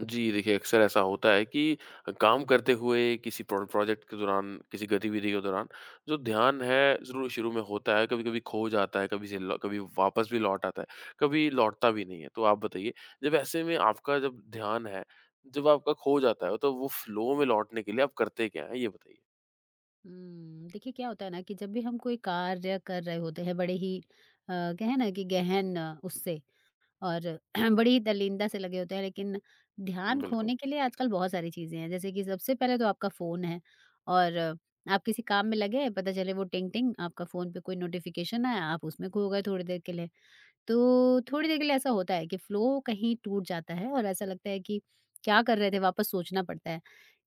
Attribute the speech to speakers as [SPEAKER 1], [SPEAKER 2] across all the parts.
[SPEAKER 1] जी, देखिए, अक्सर ऐसा होता है कि काम करते हुए किसी प्रोजेक्ट के दौरान, किसी गतिविधि के दौरान जो ध्यान है, ज़रूर शुरू में होता है, कभी-कभी खो जाता है, कभी से ल कभी वापस भी लौट आता है, कभी लौटता भी नहीं है। तो आप बताइए, जब ऐसे में आपका जब ध्यान है, जब आपका खो जाता है, तो वो फ़्लो में लौटने के लिए आप करते क्या हैं? ये बताइए?
[SPEAKER 2] देखिए, क्या होता है ना कि जब भी हम कोई कार्य कर रहे होते हैं बड़े ही आ, कहे ना कि गहन, उससे और बड़ी ही दलीनता से लगे होते हैं। लेकिन ध्यान
[SPEAKER 1] बिल्कुल,
[SPEAKER 2] खोने के लिए आजकल बहुत सारी चीजें हैं, जैसे कि सबसे पहले तो आपका फोन है। और आप किसी काम में लगे हैं, पता चले वो टिंग टिंग आपका फोन पे कोई नोटिफिकेशन आया, आप उसमें खो गए थोड़ी देर के लिए। तो थोड़ी देर के लिए ऐसा होता है कि फ्लो कहीं टूट जाता है, और ऐसा लगता है कि क्या कर रहे थे, वापस सोचना पड़ता है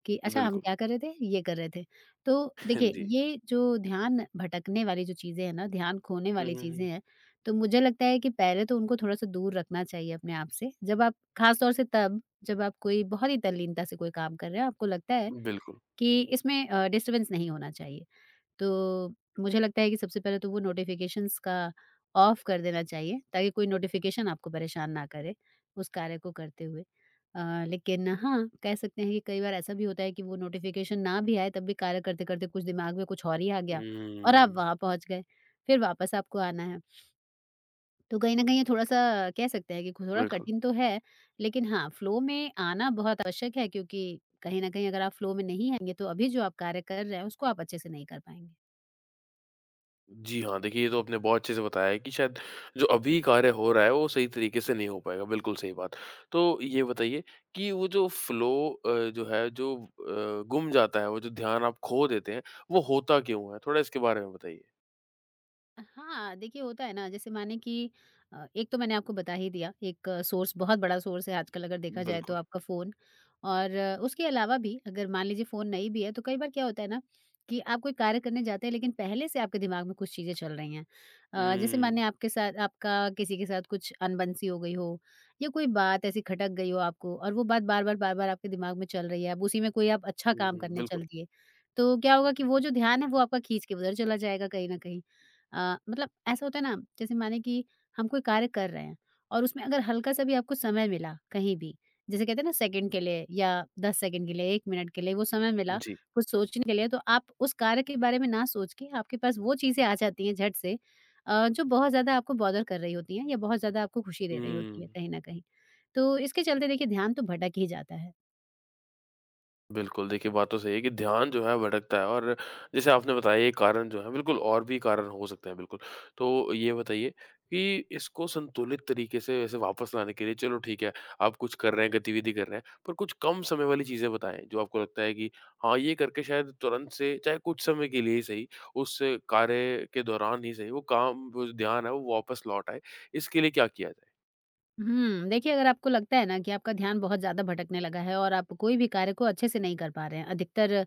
[SPEAKER 2] कि अच्छा, हम
[SPEAKER 1] बिल्कुल।
[SPEAKER 2] क्या कर रहे थे? ये कर रहे थे। तो देखिए,
[SPEAKER 1] जी।
[SPEAKER 2] ये जो ध्यान भटकने वाली जो चीज़ें हैं ना, ध्यान खोने
[SPEAKER 1] हुँ,
[SPEAKER 2] वाली
[SPEAKER 1] हुँ,
[SPEAKER 2] चीज़ें
[SPEAKER 1] हुँ।
[SPEAKER 2] हैं, तो मुझे लगता है कि पहले तो उनको थोड़ा-सा दूर रखना चाहिए अपने आप से। जब आप ख़ास तौर से तब, जब आप कोई बहुत ही तल्लीनता से कोई काम कर रहे हैं, आपको लगता है
[SPEAKER 1] बिल्कुल।
[SPEAKER 2] कि इसमें डिस्टर्बेंस नहीं होना चाहिए। तो मुझे लगता है कि सबसे पहले तो वो नोटिफ़िकेशंस का ऑफ कर देना चाहिए, ताकि कोई नोटिफ़िकेशन आपको परेशान ना करे उस कार्य को करते हुए। लेकिन हाँ, कह सकते हैं कि कई बार ऐसा भी होता है कि वो नोटिफ़िकेशन ना भी आए, तब भी कार्य करते-करते कुछ दिमाग में कुछ और ही आ गया और आप
[SPEAKER 1] हुँ,
[SPEAKER 2] वहाँ पहुँच गए, फिर वापस आपको आना है। तो कहीं न कहीं ये थोड़ा-सा कह सकते हैं कि थोड़ा
[SPEAKER 1] बिल्कुल।
[SPEAKER 2] कठिन तो है, लेकिन हाँ, फ्लो में आना बहुत आवश्यक है, क्योंकि कहीं न कहीं अगर आप फ्लो में नहीं आएँगे, तो अभी जो आप कार्य कर रहे हैं उसको आप अच्छे से नहीं कर पाएँगे।
[SPEAKER 1] जी हाँ, देखिए ये तो आपने बहुत अच्छे से बताया है कि शायद जो अभी कार्य हो रहा है वो सही तरीके से नहीं हो पाएगा, बिल्कुल सही बात। तो ये बताइए कि वो जो फ्लो जो है जो गुम जाता है, वो जो ध्यान आप खो देते हैं, वो होता क्यों है? थोड़ा इसके बारे में बताइए।
[SPEAKER 2] हाँ, देखिए, होता है ना जैसे माने कि एक तो मैंने आपको बता ही दिया, एक सोर्स, बहुत बड़ा सोर्स है आजकल अगर देखा जाए तो
[SPEAKER 1] बिल्कुल।
[SPEAKER 2] आपका फ़ोन। और उसके अलावा भी अगर मान लीजिए फ़ोन नहीं भी है, तो कई बार क्या होता है ना कि आप कोई कार्य करने जाते हैं, लेकिन पहले से आपके दिमाग में कुछ चीज़ें चल रही हैं। जैसे
[SPEAKER 1] हुँ,
[SPEAKER 2] मानिए आपके साथ, आपका किसी के साथ कुछ अनबन-सी हो गई हो या कोई बात ऐसी खटक गई हो आपको, और वो बात बार-बार, बार-बार आपके दिमाग में चल रही है, अब उसी में कोई आप अच्छा काम
[SPEAKER 1] हुँ,
[SPEAKER 2] करने
[SPEAKER 1] बिल्कुल।
[SPEAKER 2] चल दिए, तो क्या होगा कि वो जो ध्यान है वो आपका खींच के उधर चला जाएगा कहीं न कहीं। मतलब ऐसा होता है ना, जैसे माने कि हम कोई कार्य कर रहे हैं और उसमें अगर हल्का सा भी आपको समय मिला कहीं भी, जैसे कहते हैं ना, सेकंड के लिए या 10 सेकंड के लिए, 1 मिनट के लिए वो समय मिला
[SPEAKER 1] जी,
[SPEAKER 2] कुछ सोचने के लिए, तो आप उस कार्य के बारे में ना सोच के आपके पास वो चीजें आ जाती हैं झट से। जो बहुत ज्यादा आपको बॉदर कर रही होती हैं या बहुत ज्यादा आपको खुशी दे रही होती है
[SPEAKER 1] हुँ।
[SPEAKER 2] कहीं ना कहीं, तो इसके चलते देखिए ध्यान तो भटक ही जाता है।
[SPEAKER 1] बिल्कुल, देखिए बात तो सही है कि ध्यान जो है भटकता है और जैसे आपने बताया ये कारण जो है बिल्कुल और भी कारण हो सकते हैं बिल्कुल। तो ये बताइए कि इसको संतुलित तरीके से वैसे वापस लाने के लिए चलो ठीक है, आप कुछ कर रहे हैं, गतिविधि कर रहे हैं, पर कुछ कम समय वाली चीज़ें बताएँ जो आपको लगता है कि हाँ, ये करके शायद तुरंत से चाहे कुछ समय के लिए ही सही, उस कार्य के दौरान ही सही, वो काम वो जो ध्यान है वो वापस लौट आए, इसके लिए क्या किया जाए?
[SPEAKER 2] देखिए, अगर आपको लगता है ना कि आपका ध्यान बहुत ज़्यादा भटकने लगा है और आप कोई भी कार्य को अच्छे से नहीं कर पा रहे हैं, अधिकतर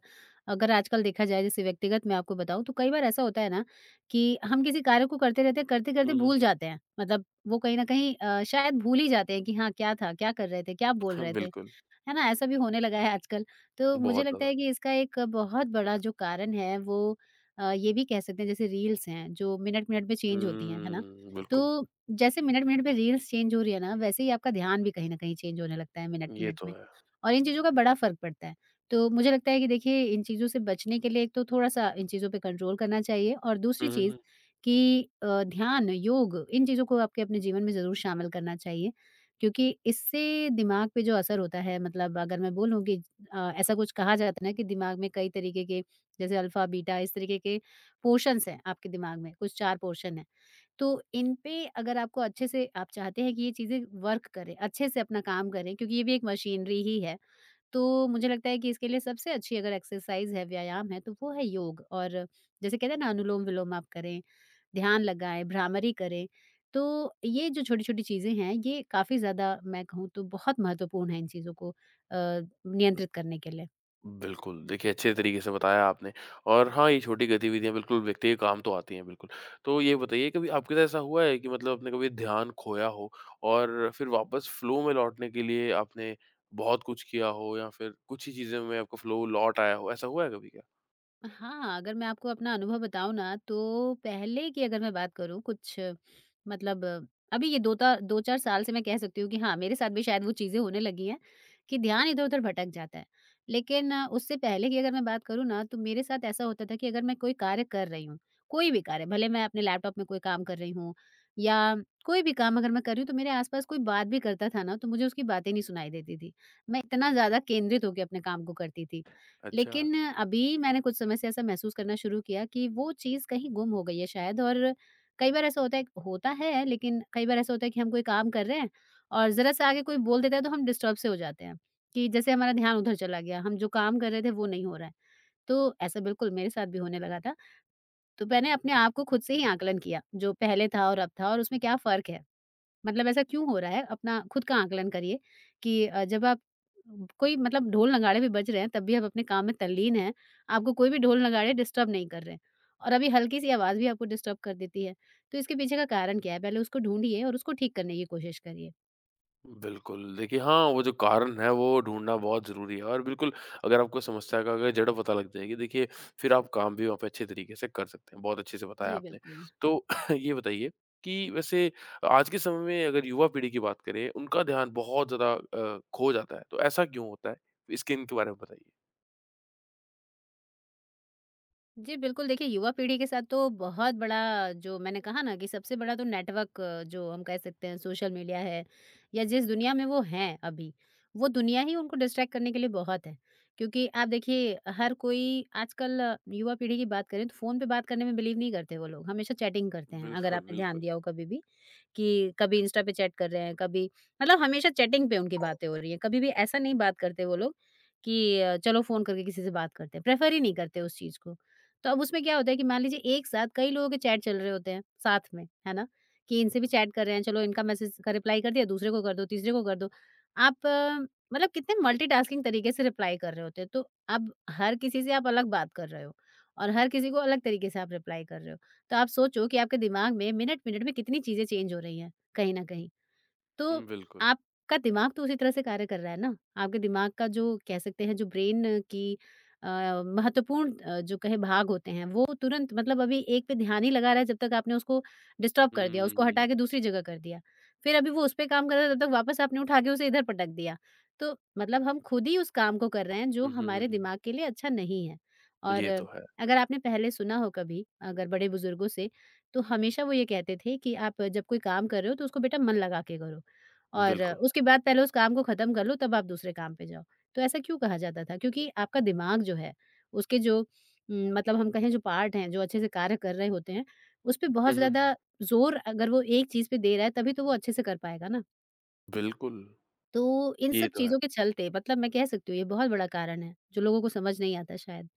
[SPEAKER 2] अगर आजकल देखा जाए, जैसे व्यक्तिगत मैं आपको बताऊँ, तो कई बार ऐसा होता है ना कि हम किसी कार्य को करते रहते हैं, करते-करते
[SPEAKER 1] हुँ, हुँ,
[SPEAKER 2] भूल जाते हैं। मतलब वो कहीं न कहीं शायद भूल ही जाते हैं कि हाँ, क्या था? क्या कर रहे थे? क्या बोल
[SPEAKER 1] हुँ।
[SPEAKER 2] रहे थे?
[SPEAKER 1] बिल्कुल,
[SPEAKER 2] है ना? ऐसा भी होने लगा है आजकल। तो मुझे
[SPEAKER 1] बहुत
[SPEAKER 2] लगता
[SPEAKER 1] ज़्यादा।
[SPEAKER 2] है कि इसका एक बहुत बड़ा जो कारण है वो ये भी कह सकते हैं, जैसे रील्स हैं जो मिनट-मिनट में चेंज होती हैं, है ना?
[SPEAKER 1] हुँ, बिल्कुल,
[SPEAKER 2] तो जैसे मिनट-मिनट में रील्स चेंज हो रही है ना, वैसे ही आपका ध्यान भी कहीं न कहीं चेंज होने लगता है
[SPEAKER 1] ये
[SPEAKER 2] मिनट-मिनट
[SPEAKER 1] तो
[SPEAKER 2] में।
[SPEAKER 1] है।
[SPEAKER 2] और इन चीज़ों का बड़ा फ़र्क पड़ता है। तो मुझे लगता है कि देखिए, इन चीज़ों से बचने के लिए एक तो थोड़ा-सा इन चीज़ों पे कंट्रोल करना चाहिए, और
[SPEAKER 1] हुँ,
[SPEAKER 2] दूसरी
[SPEAKER 1] हुँ,
[SPEAKER 2] चीज़
[SPEAKER 1] हुँ।
[SPEAKER 2] कि ध्यान, योग इन चीज़ों को आपके अपने जीवन में ज़रूर शामिल करना चाहिए। क्योंकि इससे दिमाग पे जो असर होता है, मतलब अगर मैं बोलूँ कि ऐसा कुछ कहा जाता है ना कि दिमाग में कई तरीके के, जैसे अल्फा बीटा इस तरीके के पोर्शंस हैं, आपके दिमाग में कुछ चार पोर्शन हैं, तो इन पे अगर आपको अच्छे से आप चाहते हैं कि ये चीज़ें वर्क करें, अच्छे से अपना काम करें, क्योंकि ये भी एक मशीनरी ही है, तो मुझे लगता है कि इसके लिए सबसे अच्छी अगर एक्सरसाइज है, व्यायाम है, तो वो है योग। और जैसे कहते हैं ना, अनुलोम-विलोम आप करें, ध्यान लगाएँ, भ्रामरी करें। तो ये जो छोटी-छोटी चीज़ें हैं, ये काफ़ी ज़्यादा, मैं कहूँ तो बहुत महत्वपूर्ण है इन चीज़ों को नियंत्रित करने के लिए।
[SPEAKER 1] बिल्कुल, देखिए अच्छे तरीके से बताया आपने और हाँ, ये छोटी गतिविधियाँ बिल्कुल व्यक्ति के काम तो आती हैं बिल्कुल। तो ये बताइए कभी आपके साथ ऐसा हुआ है कि मतलब आपने कभी ध्यान खोया हो और फिर वापस फ्लो में लौटने के लिए आपने बहुत कुछ किया हो या फिर कुछ ही चीज़ों में आपका फ्लो लौट आया हो, ऐसा हुआ है कभी क्या?
[SPEAKER 2] हाँ, अगर मैं आपको अपना अनुभव बताऊँ ना, तो पहले की अगर मैं बात करूँ कुछ, मतलब अभी ये 2 ता 2-4 साल से मैं कह सकती हूँ कि हाँ, मेरे साथ भी शायद वो चीज़ें होने लगी हैं कि ध्यान इधर-उधर भटक जाता है। लेकिन उससे पहले की अगर मैं बात करूँ ना, तो मेरे साथ ऐसा होता था कि अगर मैं कोई कार्य कर रही हूँ, कोई भी कार्य, भले मैं अपने लैपटॉप में कोई काम कर रही हूँ या कोई भी काम अगर मैं कर रही हूँ, तो मेरे आस-पास कोई बात भी करता था ना, तो मुझे उसकी बातें नहीं सुनाई देती थी। मैं इतना ज़्यादा केंद्रित होके अपने काम को करती थी।
[SPEAKER 1] अच्छा।
[SPEAKER 2] लेकिन अभी मैंने कुछ समय से ऐसा महसूस करना शुरू किया कि वो चीज़ कहीं गुम हो गई है शायद, और कई बार ऐसा होता है लेकिन कई बार ऐसा होता है कि हम कोई काम कर रहे हैं और ज़रा सा आगे कोई बोल देता है, तो हम डिस्टर्ब से हो जाते हैं कि जैसे हमारा ध्यान उधर चला गया, हम जो काम कर रहे थे वो नहीं हो रहा है, तो ऐसा बिल्कुल मेरे साथ भी होने लगा था। तो मैंने अपने आप को खुद से ही आकलन किया, जो पहले था और अब था और उसमें क्या फ़र्क है, मतलब ऐसा क्यों हो रहा है? अपना खुद का आकलन करिए कि जब आप कोई मतलब ढोल नगाड़े भी बज रहे हैं, तब भी आप अपने काम में तल्लीन हैं। आपको कोई भी ढोल नगाड़े डिस्टर्ब नहीं कर रहे हैं, और अभी हल्की-सी आवाज़ भी आपको डिस्टर्ब कर देती है। तो इसके पीछे का कारण क्या है? पहले उसको ढूँढिए और उसको ठीक करने की कोशिश करिए।
[SPEAKER 1] बिल्कुल, देखिए हाँ, वो जो कारण है वो ढूँढना बहुत ज़रूरी है और बिल्कुल अगर आपको समस्या का अगर जड़ पता लग जाएगी देखिए फिर आप काम भी वहाँ पे अच्छे तरीके से कर सकते हैं। बहुत अच्छे से बताया
[SPEAKER 2] जी,
[SPEAKER 1] आपने।
[SPEAKER 2] बिल्कुल।
[SPEAKER 1] तो ये बताइए कि वैसे आज के समय में अगर युवा पीढ़ी की बात करें उनका ध्यान बहुत ज़्यादा खो जाता है। तो ऐसा क्यों होता है? इसके इनके बारे में बताइए?
[SPEAKER 2] जी, बिल्कुल, देखिए, युवा पीढ़ी के साथ तो बहुत बड़ा, जो मैंने कहा ना कि सबसे बड़ा तो नेटवर्क, जो हम कह सकते हैं सोशल मीडिया है, या जिस दुनिया में वो हैं अभी, वो दुनिया ही उनको डिस्ट्रैक्ट करने के लिए बहुत है। क्योंकि आप देखिए, हर कोई आजकल युवा पीढ़ी की बात करें तो फ़ोन पे बात करने में बिलीव नहीं करते वो लोग, हमेशा चैटिंग करते हैं, अगर
[SPEAKER 1] बिल्कुल,
[SPEAKER 2] आपने ध्यान
[SPEAKER 1] बिल्कुल।
[SPEAKER 2] दिया हो कभी भी। कि कभी इंस्टा पे चैट कर रहे हैं, कभी, मतलब हमेशा चैटिंग पे उनकी बातें हो रही हैं। कभी भी ऐसा नहीं बात करते वो लोग कि चलो फ़ोन करके किसी से बात करते हैं, प्रेफ़र ही नहीं करते उस चीज़ को। तो अब उसमें क्या होता है कि मान लीजिए एक साथ कई लोगों के चैट चल रहे होते हैं साथ में, है ना? कि इनसे भी चैट कर रहे हैं, चलो इनका मैसेज का रिप्लाई कर दिया, दूसरे को कर दो, तीसरे को कर दो। आप अ, मतलब कितने मल्टीटास्किंग तरीके से रिप्लाई कर रहे होते हैं। तो अब हर किसी से आप अलग बात कर रहे हो और हर किसी को अलग तरीके से आप रिप्लाई कर रहे हो। तो आप सोचो कि आपके दिमाग में मिनट-मिनट में कितनी चीज़ें चेंज हो रही हैं, कहीं न कहीं। तो
[SPEAKER 1] हुँ, बिल्कुल।
[SPEAKER 2] आपका दिमाग तो उसी तरह से कार्य कर रहा है ना, आपके दिमाग का जो कह सकते हैं जो ब्रेन की महत्वपूर्ण, जो कहे भाग होते हैं, वो तुरंत, मतलब अभी एक पे ध्यान ही लगा रहा है जब तक आपने उसको डिस्टर्ब कर दिया, उसको हटा
[SPEAKER 1] हुँ।
[SPEAKER 2] के दूसरी जगह कर दिया। फिर अभी वो उस पे काम कर रहा है तब तक वापस आपने उठा के उसे इधर पटक दिया। तो मतलब हम खुद ही उस काम को कर रहे हैं जो
[SPEAKER 1] हुँ, हुँ, हुँ,
[SPEAKER 2] हमारे
[SPEAKER 1] हुँ।
[SPEAKER 2] दिमाग के लिए अच्छा नहीं है। और
[SPEAKER 1] ये तो है।
[SPEAKER 2] अगर आपने पहले सुना हो कभी, अगर बड़े बुजुर्गों से, तो हमेशा वो ये कहते थे कि आप जब कोई काम कर रहे हो तो उसको बेटा मन लगा के करो। और
[SPEAKER 1] बिल्कुल।
[SPEAKER 2] उसके बाद पहले उस काम को ख़त्म कर लो, तब आप दूसरे काम पे जाओ। तो ऐसा क्यों कहा जाता था? क्योंकि आपका दिमाग जो है उसके जो मतलब हम कहें जो पार्ट हैं, जो अच्छे से कार्य कर रहे होते हैं, उस पे बहुत
[SPEAKER 1] हुँ, हुँ।
[SPEAKER 2] ज़्यादा ज़ोर अगर वो एक चीज़ पे दे रहा है तभी तो वो अच्छे से कर पाएगा ना।
[SPEAKER 1] बिल्कुल,
[SPEAKER 2] तो इन
[SPEAKER 1] ये
[SPEAKER 2] सब
[SPEAKER 1] तो है।
[SPEAKER 2] चीज़ों के चलते मतलब मैं कह सकती हूँ ये बहुत बड़ा कारण है, जो लोगों को समझ नहीं आता शायद।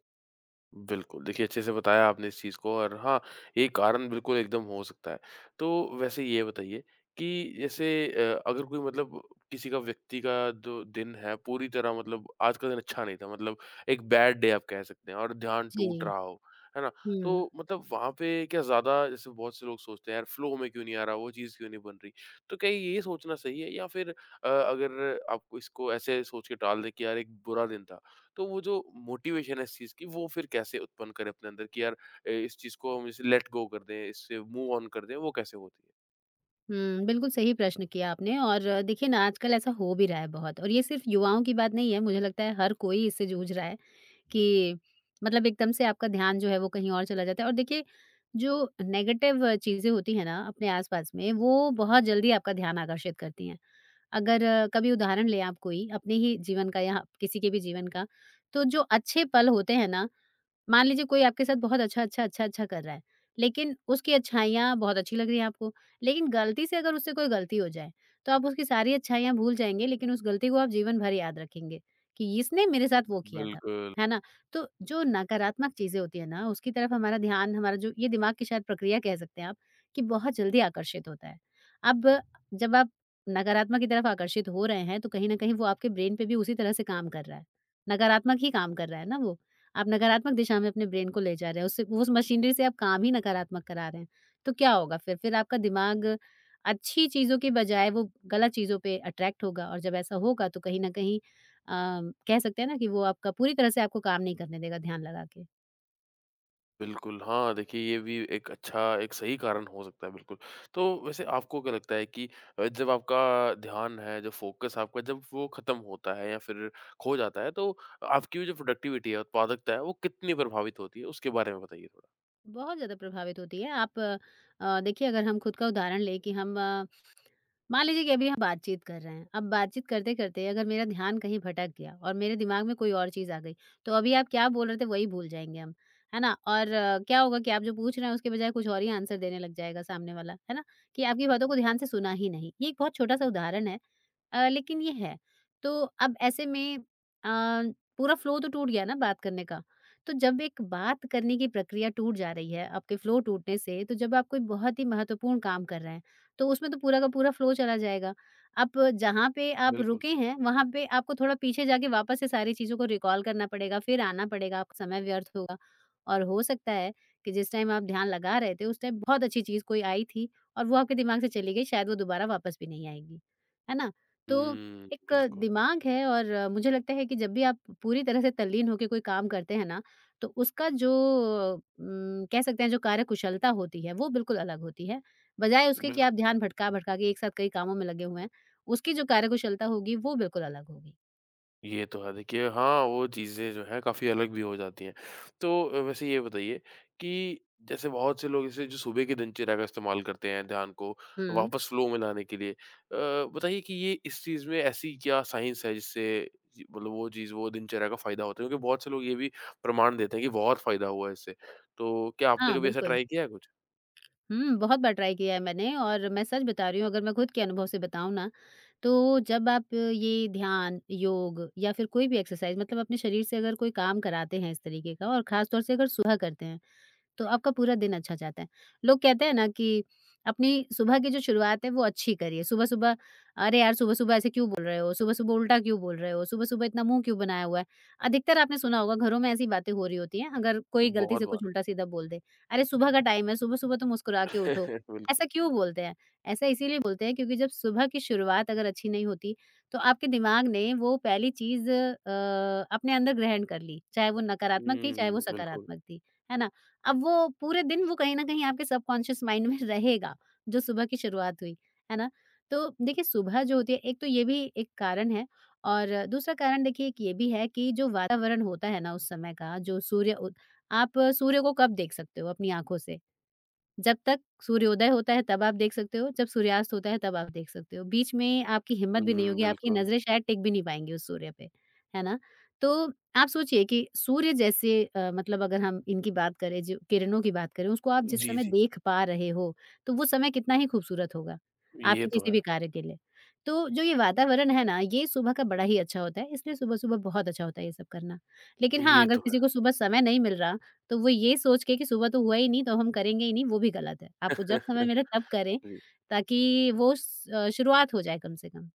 [SPEAKER 1] बिल्कुल, देखिए अच्छे से बताया आपने इस चीज़ को और हाँ, ये कारण बिल्कुल एकदम हो सकता है। तो वैसे ये बताइए कि जैसे अगर कोई मतलब किसी का व्यक्ति का जो दिन है पूरी तरह मतलब आज का दिन अच्छा नहीं था मतलब एक बैड डे आप कह सकते हैं और ध्यान
[SPEAKER 2] जी।
[SPEAKER 1] टूट रहा हो, है ना?
[SPEAKER 2] हुँ।
[SPEAKER 1] तो मतलब वहाँ पे क्या ज़्यादा जैसे बहुत से लोग सोचते हैं यार फ्लो में क्यों नहीं आ रहा, वो चीज़ क्यों नहीं बन रही? तो क्या ये सोचना सही है या फिर अगर आपको इसको ऐसे सोच के टाल दें कि यार एक बुरा दिन था, तो वो जो मोटिवेशन है इस चीज़ की वो फिर कैसे उत्पन्न करें अपने अंदर कि यार इस चीज़ को हम इसे लेट गो कर दें, इससे मूव ऑन कर दें, वो कैसे होती है?
[SPEAKER 2] हुँ, बिल्कुल सही प्रश्न किया आपने और देखिए ना आजकल ऐसा हो भी रहा है बहुत और ये सिर्फ़ युवाओं की बात नहीं है, मुझे लगता है हर कोई इससे जूझ रहा है। कि मतलब एकदम से आपका ध्यान जो है वो कहीं और चला जाता है और देखिए जो नेगेटिव चीज़ें होती हैं ना अपने आसपास में वो बहुत जल्दी आपका ध्यान आकर्षित करती हैं। अगर कभी उदाहरण लें आप कोई अपने ही जीवन का या किसी के भी जीवन का, तो जो अच्छे पल होते हैं ना मान लीजिए कोई आपके साथ बहुत अच्छा, अच्छा, अच्छा, अच्छा कर रहा है, लेकिन उसकी अच्छाइयाँ बहुत अच्छी लग रही हैं आपको, लेकिन गलती से अगर उससे कोई गलती हो जाए, तो आप उसकी सारी अच्छाइयाँ भूल जाएँगे, लेकिन उस गलती को आप जीवन भर याद रखेंगे, कि इसने मेरे साथ वो किया था,
[SPEAKER 1] बिल्कुल।
[SPEAKER 2] है ना? तो जो नकारात्मक चीज़ें होती हैं ना, उसकी तरफ हमारा ध्यान, हमारा जो ये दिमाग की शायद प्रक्रिया कह सकते हैं आप, कि बहुत जल्दी आकर्षित होता है। अब जब आप नकारात्मक की तरफ आकर्षित हो रहे हैं, तो कहीं न कहीं वो आपके ब्रेन पे भी उसी तरह से काम कर रहा है, नकारात्मक ही काम कर रहा है ना वो। आप नकारात्मक दिशा में अपने ब्रेन को ले जा रहे हैं, उससे उस मशीनरी से आप काम ही नकारात्मक करा रहे हैं, तो क्या होगा फिर? फिर आपका दिमाग अच्छी चीज़ों के बजाय वो गलत चीज़ों पे अट्रैक्ट होगा और जब ऐसा होगा तो कहीं न कहीं अ, कह सकते हैं ना कि वो आपका पूरी तरह से आपको काम नहीं करने देगा ध्यान लगा के।
[SPEAKER 1] बिल्कुल, हाँ, देखिए ये भी एक अच्छा एक सही कारण हो सकता है बिल्कुल। तो वैसे आपको क्या लगता है कि जब आपका ध्यान है, जो फ़ोकस आपका जब वो खत्म होता है या फिर खो जाता है तो आपकी जो प्रोडक्टिविटी है, उत्पादकता है, वो कितनी प्रभावित होती है? उसके बारे में बताइए थोड़ा।
[SPEAKER 2] बहुत ज़्यादा प्रभावित होती है। आप देखिए अगर हम खुद का उदाहरण लें कि हम मान लीजिए कि अभी हम बातचीत कर रहे हैं। अब बातचीत करते-करते अगर मेरा ध्यान कहीं भटक गया और मेरे दिमाग में कोई और चीज़ आ गई, तो अभी आप क्या बोल रहे थे वही भूल जाएँगे हम, है ना? और क्या होगा कि आप जो पूछ रहे हैं उसके बजाय कुछ और ही आंसर देने लग जाएगा सामने वाला, है ना? कि आपकी बातों को ध्यान से सुना ही नहीं। ये एक बहुत छोटा-सा उदाहरण है लेकिन ये है। तो अब ऐसे में अ, पूरा फ्लो तो टूट गया ना बात करने का। तो जब एक बात करने की प्रक्रिया टूट जा रही है आपके फ्लो टूटने से, तो जब आप कोई बहुत ही महत्वपूर्ण काम कर रहे हैं, तो उसमें तो पूरा का पूरा फ्लो चला जाएगा। आप जहाँ पे आप
[SPEAKER 1] बिल्कुल।
[SPEAKER 2] रुके हैं, वहाँ पे आपको थोड़ा पीछे जाके वापस से सारी चीज़ों को रिकॉल करना पड़ेगा, फिर आना पड़ेगा, आपका समय व्यर्थ होगा। और हो सकता है कि जिस टाइम आप ध्यान लगा रहे थे, उस टाइम बहुत अच्छी चीज़ कोई आई थी और वो आपके दिमाग से चली गई, शायद वो दोबारा वापस भी नहीं आएगी। है ना? तो
[SPEAKER 1] हुँ,
[SPEAKER 2] एक
[SPEAKER 1] बिल्कुल।
[SPEAKER 2] दिमाग है और मुझे लगता है कि जब भी आप पूरी तरह से तल्लीन होके कोई काम करते हैं ना, तो उसका जो कह सकते हैं जो कार्यकुशलता होती है, वो बिल्कुल अलग होती है। बजाय उसके कि
[SPEAKER 1] बिल्कुल।
[SPEAKER 2] आप ध्यान भटका-भटका के एक साथ कई कामों में लगे हुए हैं, उसकी जो कार्यकुशलता होगी, वो बिल्कुल अलग होगी।
[SPEAKER 1] ये तो है। देखिए हाँ, वो चीज़ें जो हैं काफ़ी अलग भी हो जाती हैं। तो वैसे ये बताइए कि जैसे बहुत से लोग इसे जो सुबह की दिनचर्या का इस्तेमाल करते हैं ध्यान को
[SPEAKER 2] हुँ।
[SPEAKER 1] वापस फ्लो में लाने के लिए। बताइए कि ये इस चीज़ में ऐसी क्या साइंस है जिससे जी मतलब वो चीज़ वो दिनचर्या का फ़ायदा होता है? क्योंकि बहुत से लोग ये भी प्रमाण देते हैं कि बहुत फ़ायदा हुआ है इससे। तो क्या आपने
[SPEAKER 2] हाँ,
[SPEAKER 1] कभी ऐसा
[SPEAKER 2] बिल्कुल।
[SPEAKER 1] ट्राई किया है कुछ?
[SPEAKER 2] हुँ, बहुत बार ट्राई किया है मैंने और मैं सच बता रही हूँ अगर मैं खुद के अनुभव से बताऊँ ना, तो जब आप ये ध्यान, योग या फिर कोई भी एक्सरसाइज़ मतलब अपने शरीर से अगर कोई काम कराते हैं इस तरीके का और ख़ास तौर से अगर सुबह करते हैं, तो आपका पूरा दिन अच्छा जाता है। लोग कहते हैं ना कि अपनी सुबह की जो शुरुआत है वो अच्छी करिए। सुबह-सुबह अरे यार! सुबह-सुबह ऐसे क्यों बोल रहे हो? सुबह-सुबह उल्टा क्यों बोल रहे हो? सुबह-सुबह इतना मुँह क्यों बनाया हुआ है? अधिकतर आपने सुना होगा घरों में ऐसी बातें हो रही होती हैं, अगर कोई गलती
[SPEAKER 1] बहुत
[SPEAKER 2] से कुछ
[SPEAKER 1] बार।
[SPEAKER 2] उल्टा-सीधा बोल दे। अरे! सुबह का टाइम है, सुबह-सुबह तो मुस्कुरा के उठो। ऐसा क्यों बोलते हैं? ऐसा इसीलिए बोलते हैं क्योंकि जब सुबह की शुरुआत अगर अच्छी नहीं होती, तो आपके दिमाग ने वो पहली चीज़ अपने अंदर ग्रहण कर ली। चाहे वो
[SPEAKER 1] बिल्कुल।
[SPEAKER 2] नकारात्मक थी, चाहे वो
[SPEAKER 1] हुँ, बिल्कुल।
[SPEAKER 2] सकारात्मक थी। है ना? अब वो पूरे दिन वो कहीं न कहीं आपके सबकॉन्शियस माइंड में रहेगा, जो सुबह की शुरुआत हुई, है ना? तो देखिए सुबह जो होती है एक तो ये भी एक कारण है और दूसरा कारण देखिए एक ये भी है कि जो वातावरण होता है ना उस समय का, जो सूर्य उद आप सूर्य को कब देख सकते हो अपनी आँखों से? जब तक सूर्योदय होता है तब आप देख सकते हो, जब सूर्यास्त होता है तब आप देख सकते हो। बीच में आपकी हिम्मत भी नहीं
[SPEAKER 1] हुँ,
[SPEAKER 2] होगी, आपकी
[SPEAKER 1] बिल्कुल।
[SPEAKER 2] नज़रें शायद टिक भी नहीं पाएँगी उस सूर्य पे, है ना? तो आप सोचिए कि सूर्य जैसे मतलब अगर हम इनकी बात करें जो किरणों की बात करें, उसको आप जिस
[SPEAKER 1] जी,
[SPEAKER 2] समय
[SPEAKER 1] जी।
[SPEAKER 2] देख पा रहे हो, तो वो समय कितना ही खूबसूरत होगा,
[SPEAKER 1] ये
[SPEAKER 2] आपके
[SPEAKER 1] तो
[SPEAKER 2] किसी
[SPEAKER 1] है।
[SPEAKER 2] भी कार्य के लिए। तो जो ये वातावरण है ना, ये सुबह का बड़ा ही अच्छा होता है, इसलिए सुबह-सुबह बहुत अच्छा होता है ये सब करना। लेकिन हाँ,
[SPEAKER 1] ये
[SPEAKER 2] अगर
[SPEAKER 1] तो है।
[SPEAKER 2] किसी को सुबह समय नहीं मिल रहा तो वो ये सोच के कि सुबह तो हुआ ही नहीं तो हम करेंगे ही नहीं, वो भी गलत है। आपको जब समय मिले तब करें
[SPEAKER 1] जी।
[SPEAKER 2] ताकि वो शुरुआत हो जाए कम से कम।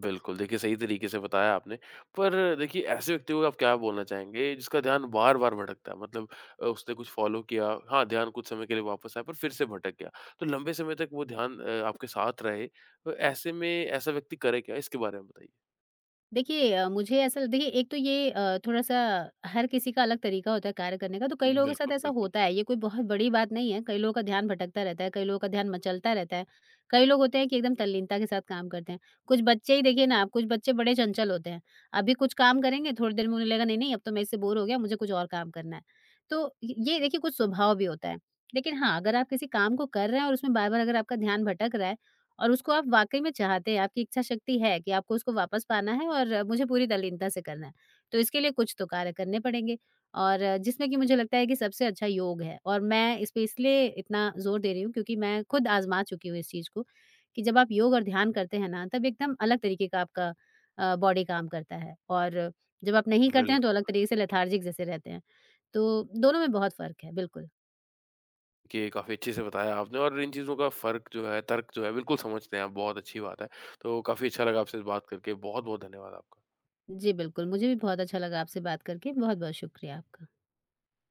[SPEAKER 1] बिल्कुल, देखिए सही तरीके से बताया आपने। पर देखिए ऐसे व्यक्ति को आप क्या बोलना चाहेंगे जिसका ध्यान बार-बार भटकता है? मतलब उसने कुछ फ़ॉलो किया, हाँ, ध्यान कुछ समय के लिए वापस आया पर फिर से भटक गया। तो लंबे समय तक वो ध्यान आपके साथ रहे, तो ऐसे में ऐसा व्यक्ति करे क्या? इसके बारे में बताइए।
[SPEAKER 2] देखिए मुझे ऐसा देखिए एक तो ये थोड़ा-सा हर किसी का अलग तरीका होता है कार्य करने का, तो कई लोगों के साथ
[SPEAKER 1] बिल्कुल,
[SPEAKER 2] ऐसा
[SPEAKER 1] बिल्कुल,
[SPEAKER 2] होता है, ये कोई बहुत बड़ी बात नहीं है। कई लोगों का ध्यान भटकता रहता है, कई लोगों का ध्यान मचलता रहता है, कई लोग होते हैं कि एकदम तल्लीनता के साथ काम करते हैं। कुछ बच्चे ही देखिए ना आप, कुछ बच्चे बड़े चंचल होते हैं। अभी कुछ काम करेंगे, थोड़ी देर में उन्हें लगेगा, नहीं-नहीं अब तो मैं इससे बोर हो गया, मुझे कुछ और काम करना है। तो य ये देखिए कुछ स्वभाव भी होता है। लेकिन हाँ, अगर आप किसी काम को कर रहे हैं और उसमें बार-बार अगर आपका ध्यान भटक रहा है और उसको आप वाक़ई में चाहते हैं, आपकी इच्छा शक्ति है कि आपको उसको वापस पाना है और मुझे पूरी तल्लीनता से करना है। तो इसके लिए कुछ तो कार्य करने पड़ेंगे और जिसमें कि मुझे लगता है कि सबसे अच्छा योग है और मैं इस पे इसलिए इतना ज़ोर दे रही हूँ क्योंकि मैं खुद आज़मा चुकी हूँ इस चीज़ को कि जब आप योग और ध्यान करते हैं ना, तब एकदम अलग तरीके का आपका बॉडी काम करता है और जब आप नहीं करते हैं, तो
[SPEAKER 1] बिल्कुल।
[SPEAKER 2] अलग तरीके से लेथार्जिक जैसे रहते हैं। तो दोनों में बहुत फ़र्क है, बिल्कुल।
[SPEAKER 1] देखिए काफ़ी अच्छे से बताया आपने और इन चीज़ों का फ़र्क जो है, तर्क जो है बिल्कुल समझते हैं आप, बहुत अच्छी बात है। तो काफ़ी अच्छा लगा आपसे बात करके, बहुत-बहुत धन्यवाद आपका।
[SPEAKER 2] जी, बिल्कुल, मुझे भी बहुत अच्छा लगा आपसे बात करके। बहुत-बहुत शुक्रिया आपका।